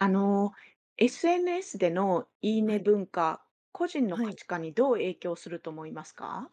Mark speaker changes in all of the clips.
Speaker 1: あの、SNS でのいいね
Speaker 2: はい、
Speaker 1: 文化、個人の
Speaker 2: は
Speaker 1: 価
Speaker 2: い。
Speaker 1: 値観にどう影響すると思いますか？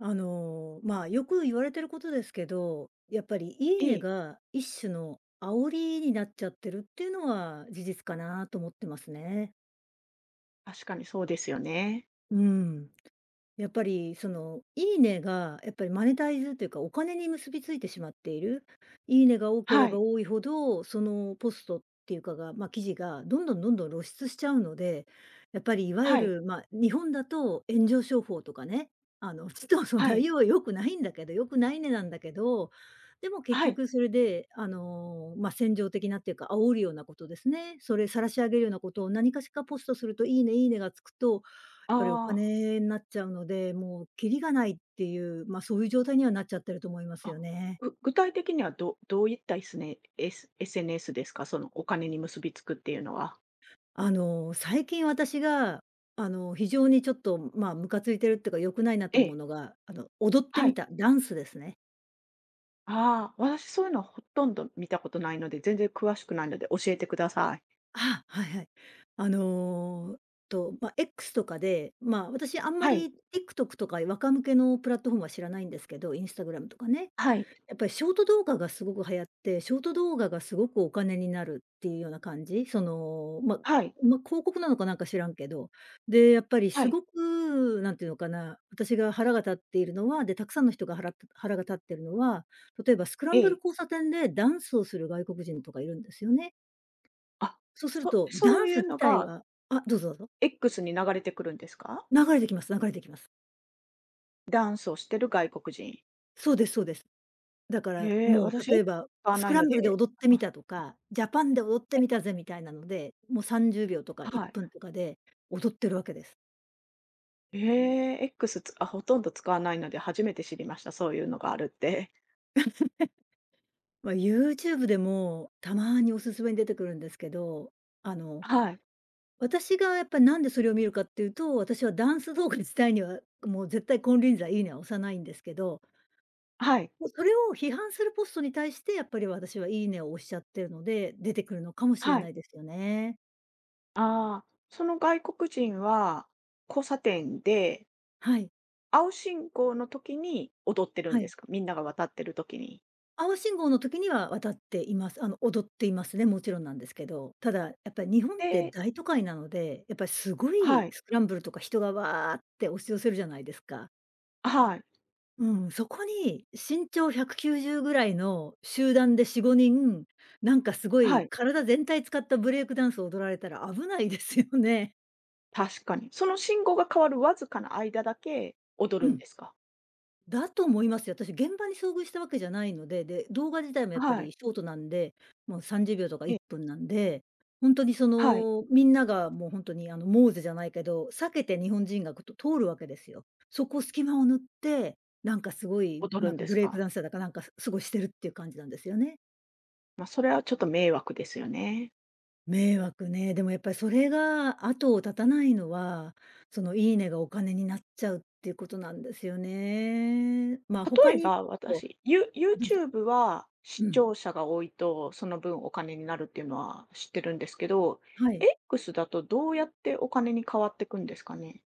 Speaker 2: よく言われてることですけど、やっぱりいい
Speaker 1: え
Speaker 2: ね
Speaker 1: え、
Speaker 2: が一種の煽りになっちゃってるっていうのは事実かなと思ってますね。
Speaker 1: 確かにそうですよね。
Speaker 2: うん。やっぱりいいねがやっぱりマネタイズというか、お金に結びついてしまっている。いいねが多けれ
Speaker 1: は
Speaker 2: ば
Speaker 1: い、
Speaker 2: 多いほど、そのポストっていうかが、まあ、記事がどんどん露出しちゃうので、やっぱりいわゆ
Speaker 1: はい、
Speaker 2: る、まあ、日本だと炎上商法とかね、ちょっとその
Speaker 1: は
Speaker 2: 内
Speaker 1: い、
Speaker 2: 容は良くないんだけど良くないねなんだけど、でも結
Speaker 1: はい。
Speaker 2: 局それで、まあ、戦場的なっていうか、煽るようなことですね。それ晒し上げるようなことを何かしかポストすると、いいねがつくとぱりお
Speaker 1: あ
Speaker 2: 金になっちゃうので、もうキリがないっていう、まあ、そういう状態にはなっちゃってると思いま
Speaker 1: あ、
Speaker 2: す
Speaker 1: あ、
Speaker 2: よね。
Speaker 1: 具体的にはどういったいすね、S エス SNS ですか？そのお金に結びつくっていうのは。
Speaker 2: 最近私が、非常にちょっと、まあ、ムカついてるっていうか、良くないなと
Speaker 1: え
Speaker 2: 思う
Speaker 1: え、
Speaker 2: のが、あの、踊って
Speaker 1: は
Speaker 2: み
Speaker 1: い。
Speaker 2: た、ダンスですね。
Speaker 1: ああ、私そういうのほとんど見たことないので、全然詳しくないので教えてください。
Speaker 2: あ、はいはい。あの、まあ、X とかで、まあ、私あんま
Speaker 1: はい、
Speaker 2: り TikTok とか若向けのプラットフォームは知らないんですけど、Instagram とかね。
Speaker 1: はい、
Speaker 2: やっぱりショート動画がすごく流行って、ショート動画がすごくお金になるっていうような感じ。その、ま
Speaker 1: はい、
Speaker 2: ま、広告なのかなんか知らんけど。で、やっぱり
Speaker 1: は
Speaker 2: す
Speaker 1: い。
Speaker 2: ごく、なんていうのかな、私が腹が立っているのは、で、たくさんの人が腹が立ってるのは、例えばスクラ
Speaker 1: え
Speaker 2: ンブル
Speaker 1: え。
Speaker 2: 交差点でダンスをする外国人とかいるんですよね。
Speaker 1: あ、
Speaker 2: そうすると、
Speaker 1: そ
Speaker 2: ダ
Speaker 1: う
Speaker 2: ンス
Speaker 1: いう
Speaker 2: 自
Speaker 1: の
Speaker 2: 体
Speaker 1: が
Speaker 2: はあ、どうぞどうぞ。
Speaker 1: X に流れてくるんですか？
Speaker 2: 流れてきます、流れてきます。
Speaker 1: ダンスをしてる外国人。
Speaker 2: そうです、そうです。だから、
Speaker 1: へえ、
Speaker 2: もう
Speaker 1: 私
Speaker 2: 例
Speaker 1: X
Speaker 2: えば、
Speaker 1: 使わ
Speaker 2: ス
Speaker 1: な
Speaker 2: ク
Speaker 1: い
Speaker 2: ラ
Speaker 1: の
Speaker 2: ンブルで
Speaker 1: で、
Speaker 2: 踊って
Speaker 1: あ
Speaker 2: み
Speaker 1: の
Speaker 2: たとか、ジャパンで踊って
Speaker 1: え
Speaker 2: みたぜみたいなので、もう30秒とか1
Speaker 1: はい。
Speaker 2: 分とかで踊ってるわけです。
Speaker 1: へえ、X、 ほとんど使わないので初めて知りました、そういうのがあるって。
Speaker 2: まあ、YouTube でもたまにおすすめに出てくるんですけど、あ の、
Speaker 1: はい。
Speaker 2: 私がやっぱりなんでそれを見るかっていうと、私はダンス動画自体には、もう絶対金輪際いいねは押さないんですけど、
Speaker 1: はい。
Speaker 2: もうそれを批判するポストに対して、やっぱり私はいいねを押しちゃってるので、出てくるのかもしれ
Speaker 1: は
Speaker 2: な
Speaker 1: い。
Speaker 2: いですよね。
Speaker 1: ああ、その外国人は、交差点で、
Speaker 2: はい、
Speaker 1: 青信号の時に踊ってるん
Speaker 2: は
Speaker 1: で
Speaker 2: い。
Speaker 1: すか？みんなが渡ってる時に。
Speaker 2: 青信号の時には渡っています。あの、踊っていますね、もちろんなんですけど。ただ、やっぱり日本って
Speaker 1: で
Speaker 2: 大都会なので、やっぱりすご
Speaker 1: は
Speaker 2: い
Speaker 1: い。
Speaker 2: スクランブルとか人がわーって押し寄せるじゃないですか。
Speaker 1: はい。
Speaker 2: うん、そこに身長190ぐらいの集団で4、5人、なんかすご
Speaker 1: は
Speaker 2: い
Speaker 1: い。
Speaker 2: 体全体使ったブレイクダンスを踊られたら危ないですよね。
Speaker 1: 確かに。その信号が変わるわずかな間だけ踊
Speaker 2: う
Speaker 1: るん
Speaker 2: ん。
Speaker 1: ですか？
Speaker 2: だと思いますよ。私、現場に遭遇したわけじゃないので、で、動画自体もやっぱ
Speaker 1: はい。
Speaker 2: りショートなんで、もう30秒とか
Speaker 1: え
Speaker 2: 1
Speaker 1: え、
Speaker 2: 分なんで、本当にそ
Speaker 1: はい。
Speaker 2: の、みんながもう本当にモーゼじゃないけど、避けて日本人が、こと通るわけですよ。そこを隙間を縫って、なんかすごい、
Speaker 1: 踊る
Speaker 2: なん
Speaker 1: んで
Speaker 2: かブ
Speaker 1: す
Speaker 2: レイク
Speaker 1: か？
Speaker 2: ダンサーだかなんか、すごいしてるっていう感じなんですよね。
Speaker 1: まあ、それはちょっと迷惑ですよね。
Speaker 2: 迷惑ね。でもやっぱりそれが後を絶たないのは、そのいいねがお金になっちゃうっていうことなんですよね。まあ、他
Speaker 1: 例え
Speaker 2: に、
Speaker 1: ば
Speaker 2: そう
Speaker 1: 私、
Speaker 2: あ、どうぞ。
Speaker 1: YouTube は視
Speaker 2: うん。
Speaker 1: 聴者が多いと、その分お金になるっていうのは知ってるんですけど、
Speaker 2: はい。
Speaker 1: X だとどうやってお金に変わっていくんですかね？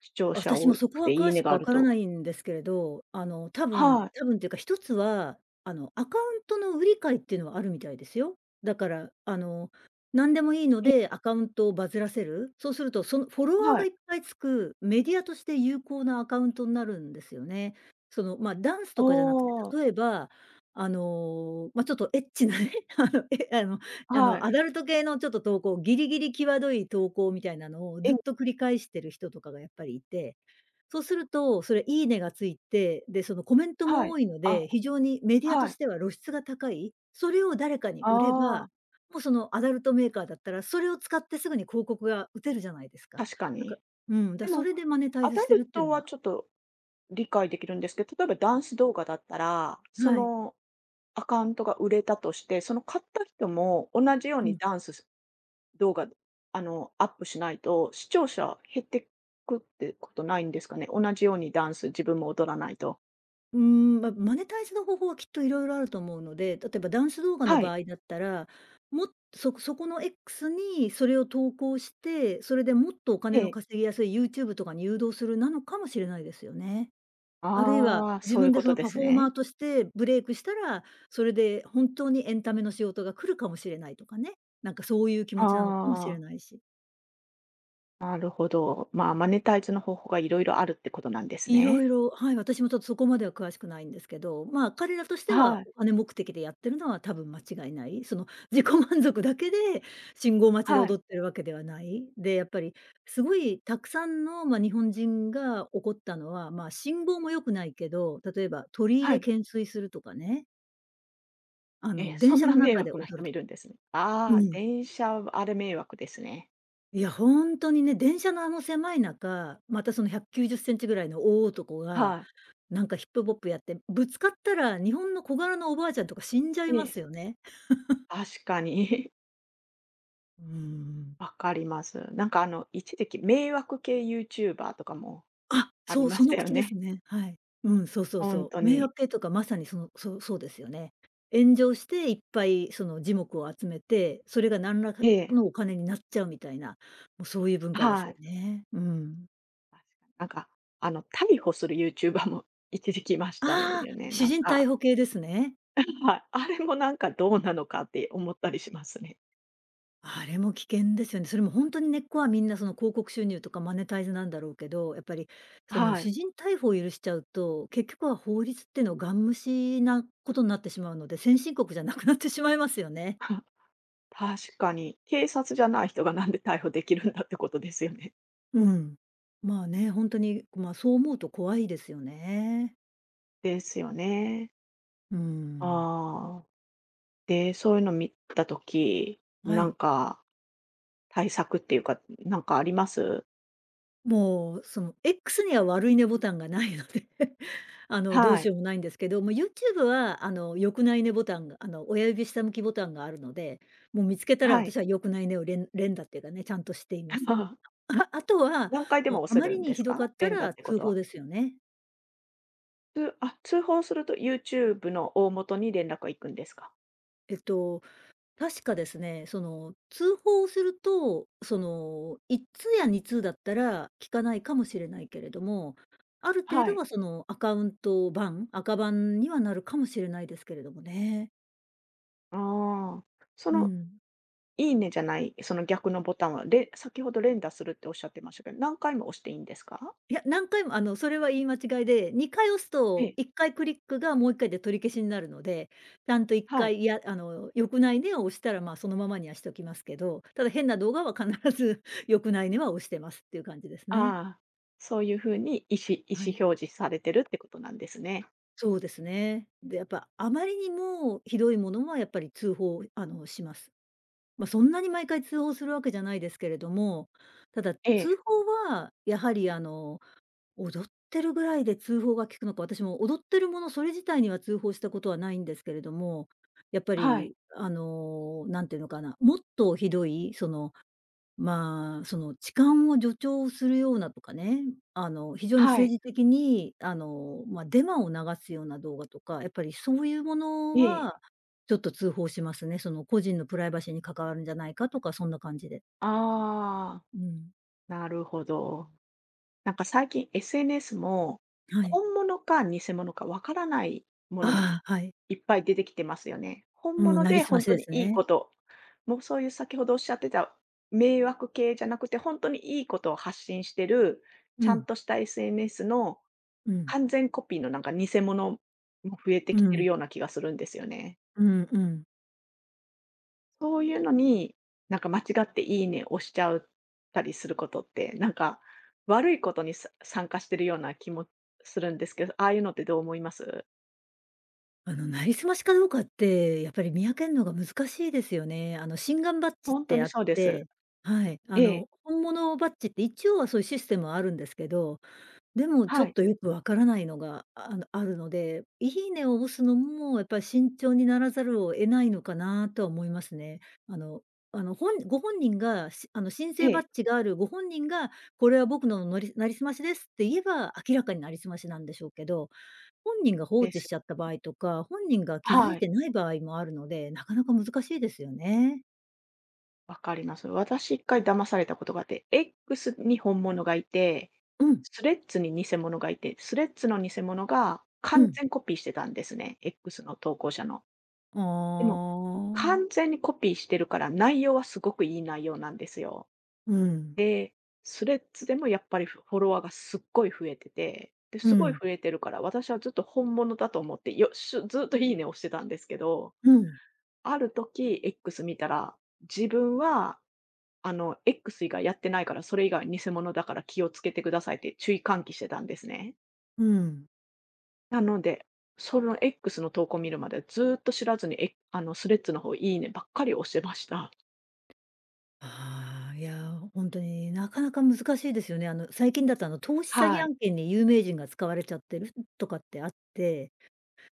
Speaker 1: 視聴者
Speaker 2: 私
Speaker 1: 多
Speaker 2: もそこ
Speaker 1: く
Speaker 2: は
Speaker 1: てい
Speaker 2: 詳
Speaker 1: いね
Speaker 2: し
Speaker 1: が
Speaker 2: く
Speaker 1: あ
Speaker 2: わ
Speaker 1: る
Speaker 2: から
Speaker 1: と。
Speaker 2: ないんですけれど、あの、
Speaker 1: はい。
Speaker 2: 多分っていうか、一つは、アカウントの売り買いっていうのはあるみたいですよ。だから、何でもいいの
Speaker 1: え、
Speaker 2: でアカウントをバズらせる。そうすると、そのフォロワー
Speaker 1: は
Speaker 2: が
Speaker 1: い。
Speaker 2: いっぱいつく、メディアとして有効なアカウントになるんですよね。その、まあ、ダンス
Speaker 1: お
Speaker 2: とかじゃなくて、
Speaker 1: お、
Speaker 2: 例えば、まあ、ちょっとエッチなね、あの、えあの、あ
Speaker 1: は
Speaker 2: の、
Speaker 1: い。
Speaker 2: アダルト系のちょっと投稿、ギリギリ際どい投稿みたいなのをずっ
Speaker 1: え、
Speaker 2: と繰り返してる人とかがやっぱりいて、そうすると、それいいねがついて、で、そのコメント
Speaker 1: は
Speaker 2: も
Speaker 1: い。
Speaker 2: 多いの
Speaker 1: あ、
Speaker 2: で、非常にメディアと
Speaker 1: はい。
Speaker 2: しては露出が高い、それを誰かに売れ
Speaker 1: あ
Speaker 2: ば、
Speaker 1: あ、
Speaker 2: もうそのアダルトメーカーだったら、それを使ってすぐに広告が打てるじゃないですか。
Speaker 1: 確か
Speaker 2: なんか
Speaker 1: に。
Speaker 2: うん、
Speaker 1: で
Speaker 2: だそ
Speaker 1: も、
Speaker 2: れでマネタイ
Speaker 1: ア
Speaker 2: ズ
Speaker 1: ダ
Speaker 2: してる
Speaker 1: ル
Speaker 2: ってい
Speaker 1: ト
Speaker 2: うの
Speaker 1: は
Speaker 2: は
Speaker 1: ちょっと理解できるんですけど、例えばダンス動画だったら、そ
Speaker 2: はい。
Speaker 1: のアカウントが売れたとして、その買った人も同じよう
Speaker 2: う
Speaker 1: に
Speaker 2: ん。
Speaker 1: ダンス動画、アップしないと、視聴者減ってくってことないんですかね？同じようにダンス、自分も踊らないと。
Speaker 2: うーん、ま、マネタイズの方法はきっといろいろあると思うので、例えばダンス動画の
Speaker 1: は
Speaker 2: 場
Speaker 1: い。
Speaker 2: 合だったら、もっそそこの X にそれを投稿して、それでもっとお
Speaker 1: え
Speaker 2: 金の
Speaker 1: え。
Speaker 2: 稼ぎやすい YouTube とかに誘導するなのかもしれないですよね。あるいは、
Speaker 1: ああ、
Speaker 2: 自
Speaker 1: そうい
Speaker 2: 分
Speaker 1: う
Speaker 2: で
Speaker 1: こ
Speaker 2: そ
Speaker 1: と
Speaker 2: の
Speaker 1: で
Speaker 2: パ
Speaker 1: す
Speaker 2: フォーマ
Speaker 1: ね。
Speaker 2: ーとしてブレイクしたら、それで本当にエンタメの仕事が来るかもしれないとかね、なんかそういう気
Speaker 1: あ
Speaker 2: 持ちなのかもしれ
Speaker 1: あ、
Speaker 2: ないし。
Speaker 1: なるほど。まあ、マネタイズの方法がいろいろあるってことなんです
Speaker 2: いろ
Speaker 1: ね。
Speaker 2: いろ、はい、私もちょっとそこまでは詳しくないんですけど、まあ、彼らとしては
Speaker 1: はい、
Speaker 2: お金目的でやってるのは多分間違いない。その 自己満足だけで信号待ちで
Speaker 1: はい、
Speaker 2: 踊ってるわけではない。で、やっぱりすごいたくさんの、まあ、日本人が怒ったのは、まあ、信号も良くないけど、例えば鳥居
Speaker 1: は
Speaker 2: で
Speaker 1: い。
Speaker 2: 懸垂するとかね、
Speaker 1: ええ、そ
Speaker 2: 電
Speaker 1: ん
Speaker 2: 車
Speaker 1: な
Speaker 2: の
Speaker 1: 迷
Speaker 2: 中で
Speaker 1: 惑な
Speaker 2: 踊
Speaker 1: 人
Speaker 2: る
Speaker 1: も
Speaker 2: と
Speaker 1: い
Speaker 2: か
Speaker 1: るんですね。
Speaker 2: う
Speaker 1: ああ、
Speaker 2: ん。
Speaker 1: 電車、あれ迷惑ですね。
Speaker 2: いや、本当にね、電車のあの狭い中、またその190センチぐらいの大男が
Speaker 1: はい。
Speaker 2: なんかヒップホップやって、ぶつかったら日本の小柄なおばあちゃんとか死んじゃい
Speaker 1: え
Speaker 2: ま
Speaker 1: え、
Speaker 2: すよね。
Speaker 1: 確かに。
Speaker 2: うーん。
Speaker 1: わかります。なんか、一時期迷惑系ユーチューバーとかも
Speaker 2: あ、
Speaker 1: あり
Speaker 2: そう、
Speaker 1: ま
Speaker 2: そ
Speaker 1: した
Speaker 2: の
Speaker 1: よ
Speaker 2: 口です
Speaker 1: ね。
Speaker 2: ね。はい。うん、そうそう
Speaker 1: ほん
Speaker 2: そ
Speaker 1: と
Speaker 2: う。迷
Speaker 1: に。
Speaker 2: 惑系とかまさにその、そう、そうですよね。炎上していっぱいその耳目を集めて、それが何らか
Speaker 1: ええ、
Speaker 2: のお金になっちゃうみたいな、もうそういう文化です
Speaker 1: は
Speaker 2: よ
Speaker 1: い。
Speaker 2: ね。うん。
Speaker 1: 確かに。なんか、逮捕するユーチューバーも一時期いました
Speaker 2: ああ、
Speaker 1: よね、
Speaker 2: 私
Speaker 1: なん
Speaker 2: 人逮
Speaker 1: か。
Speaker 2: 捕系ですね。
Speaker 1: はい。あれもなんかどうなのかって思ったりしますね。
Speaker 2: あれも危険ですよね。それも本当に根っこはみんなその広告収入とかマネタイズなんだろうけど、やっぱりその
Speaker 1: は
Speaker 2: 私
Speaker 1: い。
Speaker 2: 人逮捕を許しちゃうと、結局は法律っていうのをガン無視なことになってしまうので、先進国じゃなくなってしまいますよね。
Speaker 1: 確かに。警察じゃない人がなんで逮捕できるんだってことですよね。
Speaker 2: うん。まあね、本当に、まあ、そう思うと怖いですよね。
Speaker 1: ですよね。
Speaker 2: うーん。
Speaker 1: ああ。で、そういうの見た時、
Speaker 2: は
Speaker 1: なん
Speaker 2: い。
Speaker 1: か対策っていうか、なんかあります？
Speaker 2: もう、その X には悪いねボタンがないので あの、どう
Speaker 1: は
Speaker 2: し
Speaker 1: い。
Speaker 2: ようもないんですけど、もう YouTube は、あの、良くないねボタンが、あの、親指下向きボタンがあるので、もう見つけたら
Speaker 1: は
Speaker 2: 私
Speaker 1: い。
Speaker 2: は良くないねを連打っていうかね、ちゃんとしています。ああとは、
Speaker 1: 何回で
Speaker 2: もう
Speaker 1: も押
Speaker 2: あ
Speaker 1: せ
Speaker 2: ま
Speaker 1: る
Speaker 2: り
Speaker 1: ん
Speaker 2: に
Speaker 1: です
Speaker 2: ひどか
Speaker 1: か？
Speaker 2: った
Speaker 1: 連打
Speaker 2: ら
Speaker 1: ってこ
Speaker 2: 通
Speaker 1: と
Speaker 2: 報
Speaker 1: は。
Speaker 2: ですよね。
Speaker 1: 通報すると YouTube の大元に連絡が行くんですか？
Speaker 2: えっと確かですね、通報をすると、1通や2通だったら聞かないかもしれないけれども、ある程
Speaker 1: は
Speaker 2: 度
Speaker 1: い。
Speaker 2: はそのアカウント版、赤版にはなるかもしれないですけれどもね。
Speaker 1: ああ。そ
Speaker 2: う
Speaker 1: の
Speaker 2: ん。
Speaker 1: いいねじゃない、その逆のボタンは、先ほど連打するっておっしゃってましたけど、何回も押していいんですか？
Speaker 2: いや、何回も、それは言い間違いで、2回押す
Speaker 1: え
Speaker 2: と
Speaker 1: え、
Speaker 2: 1回クリックがもう1回で取り消しになるので、ちゃんと1
Speaker 1: はい。
Speaker 2: 回、いや、良くないねを押したら、まあ、そのままにはしておきますけど、ただ変な動画は必ず 良くないねは押してますっていう感じです
Speaker 1: あ
Speaker 2: ね。
Speaker 1: あ、そういう風に意思意
Speaker 2: は
Speaker 1: 思
Speaker 2: い。
Speaker 1: 表示されてるってことなんですね。
Speaker 2: そうですね。で、やっぱあまりにもひどいものはやっぱり通報、します。まあ、そんなに毎回通報するわけじゃないですけれども、ただ
Speaker 1: え
Speaker 2: 通
Speaker 1: え、
Speaker 2: 報はやはり踊ってるぐらいで通報が効くのか、私も踊ってるものそれ自体には通報したことはないんですけれども、やっぱ
Speaker 1: はい、
Speaker 2: りんていうのかな、もっとひどい、まあ、その痴漢を助長するようなとかね、非常に
Speaker 1: はい、
Speaker 2: 政治的に、まあ、デマを流すような動画とか、やっぱりそういうもの
Speaker 1: ええ、
Speaker 2: は、ちょっと通報しますね。その個人のプライバシーに関わるんじゃないかとか、そんな感じで。
Speaker 1: ああ、
Speaker 2: うん。
Speaker 1: なるほど。なんか最近 SNS も、
Speaker 2: はい。
Speaker 1: 本物か偽物かわからないものも
Speaker 2: ああ、はい。
Speaker 1: いっぱい出てきてますよね。本
Speaker 2: うん、
Speaker 1: 物
Speaker 2: なり
Speaker 1: で
Speaker 2: すまし
Speaker 1: 本当
Speaker 2: で
Speaker 1: に
Speaker 2: す
Speaker 1: いい
Speaker 2: ね。
Speaker 1: こと、もうそういう先ほどおっしゃってた迷惑系じゃなくて、本当にいいことを発信してる、
Speaker 2: う
Speaker 1: ちゃん
Speaker 2: ん、
Speaker 1: とした SNS の
Speaker 2: うん、
Speaker 1: 完全コピーのなんか偽物も増えて
Speaker 2: う
Speaker 1: きてる
Speaker 2: ん、
Speaker 1: ような気がするんですよね。
Speaker 2: うんうん。
Speaker 1: そういうのに、なんか間違っていいね押しちゃうたりすることって、なんか悪いことに参加してるような気もするんですけど、ああいうのってどう思います？
Speaker 2: なりすましかどうかって、やっぱり見分けるのが難しいですよね。心眼バッジっ
Speaker 1: ほんと
Speaker 2: て
Speaker 1: に
Speaker 2: あっ
Speaker 1: そうです。
Speaker 2: て、はい、
Speaker 1: ええ、
Speaker 2: 本物バッジって一応はそういうシステムはあるんですけど、でもちょ
Speaker 1: は
Speaker 2: っ
Speaker 1: い、
Speaker 2: とよくわからないのが、あるので、いいねを押すのもやっぱり慎重にならざるを得ないのかなとは思いますね。あの、あの、ご本人が、しあの、申
Speaker 1: え
Speaker 2: 請バッ
Speaker 1: え、
Speaker 2: ジがあるご本人が、これは僕のなりすましですって言えば、明らかになりすましなんでしょうけど、本人が放
Speaker 1: で
Speaker 2: 置し
Speaker 1: す。
Speaker 2: ちゃった場合とか、本人が気づ
Speaker 1: は
Speaker 2: い
Speaker 1: い、
Speaker 2: てない場合もあるので、なかなか難しいですよね。
Speaker 1: わかります。私一回騙されたことがあって、X に本物がいて、
Speaker 2: うん、
Speaker 1: スレッズに偽物がいて、スレッズの偽物が
Speaker 2: う
Speaker 1: 完
Speaker 2: ん。
Speaker 1: 全コピーしてたんですね、X の投稿者の。
Speaker 2: あ
Speaker 1: でも、
Speaker 2: あ、
Speaker 1: 完全にコピーしてるから、内容はすごくいい内容なんですよ。
Speaker 2: うん、
Speaker 1: で、スレッズでもやっぱりフォロワーがすっごい増えてて、で、
Speaker 2: う
Speaker 1: すごい
Speaker 2: ん、
Speaker 1: 増えてるから、私はずっと本物だと思って、よしずっといいねを押してたんですけど、
Speaker 2: うん、
Speaker 1: ある時 X 見たら、自分は、X 以外やってないから、それ以外は偽物だから気をつけてくださいって注意喚起してたんですね。
Speaker 2: うん。
Speaker 1: なので、その X の投稿見るまでずっと知らずに、えあの、スレッズの方、いいねばっかり押してました。
Speaker 2: ああ、いや、ほんとになかなか難しいですよね。最近だと、投資詐欺
Speaker 1: はい。
Speaker 2: 案件に有名人が使われちゃってるとかってあって、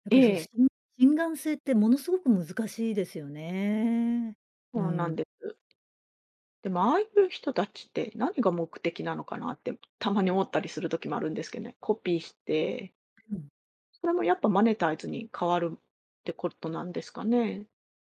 Speaker 2: やっ
Speaker 1: え
Speaker 2: ぱり、そう、
Speaker 1: え、
Speaker 2: 心眼性ってものすごく難しいですよね。う
Speaker 1: そうなん
Speaker 2: ん。
Speaker 1: です。でも、ああいう人たちって何が目的なのかなって、たまに思ったりする時もあるんですけどね。コピーして、
Speaker 2: うん
Speaker 1: それもやっぱマネタイズに変わるってことなんですかね？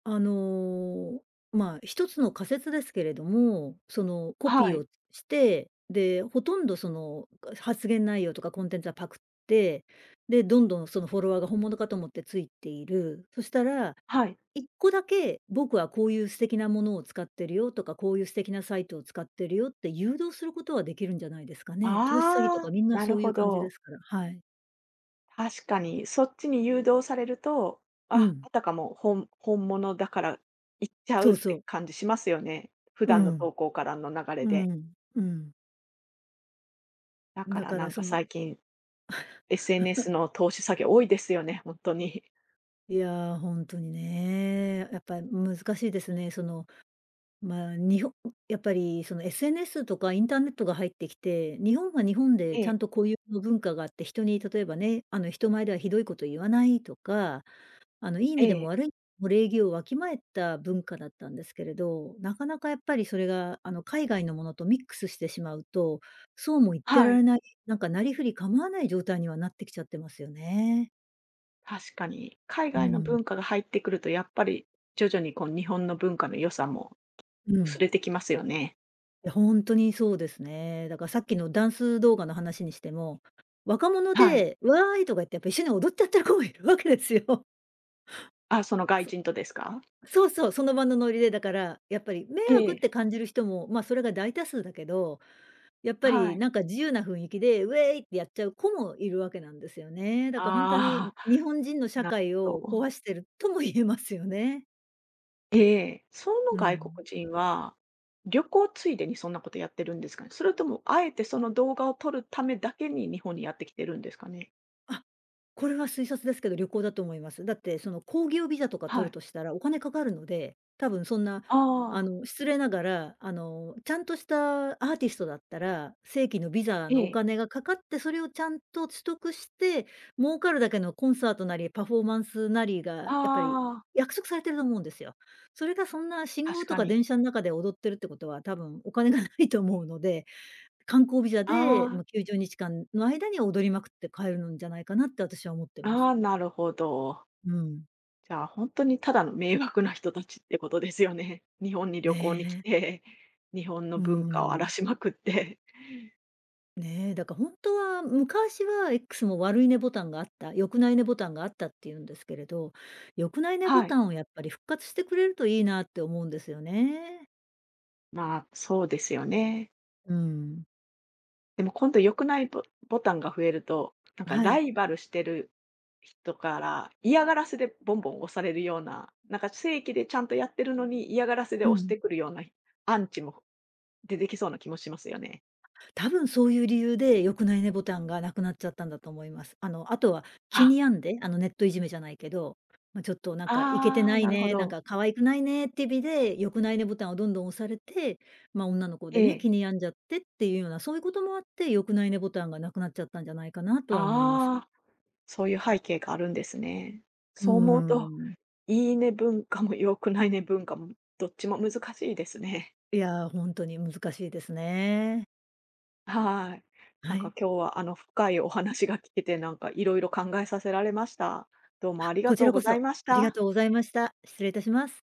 Speaker 2: あの、まあ、一つの仮説ですけれども、コ
Speaker 1: は
Speaker 2: ピー
Speaker 1: い、
Speaker 2: をして、で、ほとんど発言内容とかコンテンツはパクって、で、どんどんそのフォロワーが本物かと思ってついている。そしたら、
Speaker 1: はい。
Speaker 2: 一個だけ僕はこういう素敵なものを使ってるよとか、こういう素敵なサイトを使ってるよって誘導することはできるんじゃないですかね。投資詐欺と
Speaker 1: あ
Speaker 2: か
Speaker 1: あ、
Speaker 2: みんな
Speaker 1: なる
Speaker 2: そうい
Speaker 1: ほ
Speaker 2: う感じで
Speaker 1: ど。
Speaker 2: すから。はい。
Speaker 1: 確かにそっちに誘導されると、
Speaker 2: うん。
Speaker 1: あたかも本物だから行っちゃう
Speaker 2: そ
Speaker 1: っ
Speaker 2: うそ
Speaker 1: て
Speaker 2: う。
Speaker 1: 感じしますよね。普
Speaker 2: う
Speaker 1: 段の
Speaker 2: ん。
Speaker 1: 投稿からの流れ
Speaker 2: う
Speaker 1: で。
Speaker 2: ん。うん。
Speaker 1: だか
Speaker 2: だ
Speaker 1: ら
Speaker 2: か
Speaker 1: な
Speaker 2: ら
Speaker 1: んか最近 SNS の投資詐欺多いですよね、本当に。
Speaker 2: いや、本当にね。やっぱり難しいですね。まあ、日本やっぱりその SNS とかインターネットが入ってきて、日本は日本で
Speaker 1: え
Speaker 2: ちゃ
Speaker 1: え、
Speaker 2: んと固有の文化があって、人に例えばね、人前ではひどいこと言わないとか、いい意
Speaker 1: え
Speaker 2: 味でも
Speaker 1: え、
Speaker 2: 悪い意味でも礼儀をわきまえた文化だったんですけれど、なかなかやっぱりそれが、海外のものとミックスしてしまうと、そうも言って
Speaker 1: は
Speaker 2: ら
Speaker 1: い、
Speaker 2: れない、なんかなりふり構わない状態にはなってきちゃってますよね。
Speaker 1: 確かに。海
Speaker 2: う
Speaker 1: 外の
Speaker 2: ん、
Speaker 1: 文化が入ってくると、やっぱり徐々にこう日本の文化の良さも
Speaker 2: う
Speaker 1: 薄
Speaker 2: ん。
Speaker 1: れてきますよね。
Speaker 2: いや、本当にそうですね。だからさっきのダンス動画の話にしても、若者
Speaker 1: はい。
Speaker 2: で、「わーい」とか言ってやっぱ一緒に踊っちゃってる子もいるわけですよ。
Speaker 1: あ、その外
Speaker 2: そ
Speaker 1: 人とですか？
Speaker 2: そうそう、その場のノリで、だから、やっぱり迷
Speaker 1: え
Speaker 2: 惑っ
Speaker 1: え、
Speaker 2: て感じる人も、それが大多数だけど、やっぱ
Speaker 1: は
Speaker 2: り
Speaker 1: い。
Speaker 2: なんか自由な雰囲気で、「ウェーイ」ってやっちゃう子もいるわけなんですよね。だから本当に
Speaker 1: ああ、
Speaker 2: 日本人の社
Speaker 1: なる
Speaker 2: 会
Speaker 1: ほ
Speaker 2: を
Speaker 1: ど。
Speaker 2: 壊してるとも言えますよね。
Speaker 1: ええ、その
Speaker 2: う
Speaker 1: 外
Speaker 2: ん。
Speaker 1: 国人は、旅行ついでにそんなことやってるんですかね？それともあえてその動画を撮るためだけに日本にやってきてるんですかね？
Speaker 2: あ、これは推察ですけど、旅行だと思います。だって、その興行ビザとか
Speaker 1: は
Speaker 2: 取る
Speaker 1: い。
Speaker 2: としたらお金かかるので、多分そんな、
Speaker 1: ああ、
Speaker 2: 失礼ながら、ちゃんとしたアーティストだったら、正規のビザ
Speaker 1: え
Speaker 2: のお
Speaker 1: え、
Speaker 2: 金がかかって、それをちゃんと取得して、儲かるだけのコンサートなり、パフォーマンスなり
Speaker 1: あ
Speaker 2: が、やっぱり
Speaker 1: あ、
Speaker 2: 約束されてると思うんですよ。それがそんな信
Speaker 1: 確
Speaker 2: 号と
Speaker 1: か
Speaker 2: か
Speaker 1: に。
Speaker 2: 電車の中で踊ってるってことは、多分お金がないと思うので観光ビザで、
Speaker 1: あ
Speaker 2: まあ、90日間の間に踊りまくって帰るんじゃないかなって私は思ってま
Speaker 1: あ、あ
Speaker 2: す。
Speaker 1: あ、なるほど。
Speaker 2: うん。
Speaker 1: じゃあ、本当にただの迷惑な人たちってことですよね。日本に旅行に来
Speaker 2: ねえ。
Speaker 1: て、日本の
Speaker 2: う
Speaker 1: 文化を荒ら
Speaker 2: ん。
Speaker 1: しまくって。
Speaker 2: ねえ、だから本当は昔は X も悪いねボタンがあった、良くないねボタンがあったっていうんですけれど、良くないねボ
Speaker 1: はい。
Speaker 2: タンをやっぱり復活してくれるといいなって思うんですよね。
Speaker 1: まあ、そうですよね。
Speaker 2: うん。
Speaker 1: でも今度良くないボタンが増えると、なんか
Speaker 2: は
Speaker 1: ラ
Speaker 2: い。
Speaker 1: イバルしてる人から嫌がらせでボンボン押されるような、なんか正規でちゃんとやってるのに嫌がらせで
Speaker 2: う
Speaker 1: 押して
Speaker 2: ん。
Speaker 1: くるようなアンチも出てきそうな気もしますよね。
Speaker 2: 多分そういう理由で、良くないねボタンがなくなっちゃったんだと思います。あとは気
Speaker 1: あ、
Speaker 2: に病んで、ネットいじめじゃないけど、まあ、ちょっとなんかイケて
Speaker 1: ああ、
Speaker 2: ない
Speaker 1: なるほ
Speaker 2: ね、なん
Speaker 1: ど。
Speaker 2: か可愛くないねって意味で、良くないねボタンをどんどん押されて、ま、女の子
Speaker 1: え
Speaker 2: でね、
Speaker 1: え。
Speaker 2: 気に病んじゃってっていうような、そういうこともあって、良くないねボタンがなくなっちゃったんじゃないかなとは思います。
Speaker 1: ああ。そういう背景があるんですね。
Speaker 2: う
Speaker 1: そう思う
Speaker 2: ー
Speaker 1: と、
Speaker 2: ん。
Speaker 1: いいね文化も良くないね文化も、どっちも難しいですね。
Speaker 2: いや、本当に難しいですね。
Speaker 1: はい。な
Speaker 2: は
Speaker 1: んか
Speaker 2: い。
Speaker 1: 今日は深いお話が聞けて、なんかいろいろ考えさせられました。どうもありが
Speaker 2: こち
Speaker 1: とう
Speaker 2: ら
Speaker 1: ご
Speaker 2: こ
Speaker 1: ざい
Speaker 2: そ
Speaker 1: まし
Speaker 2: ありが
Speaker 1: た。
Speaker 2: とうございました。失礼いたします。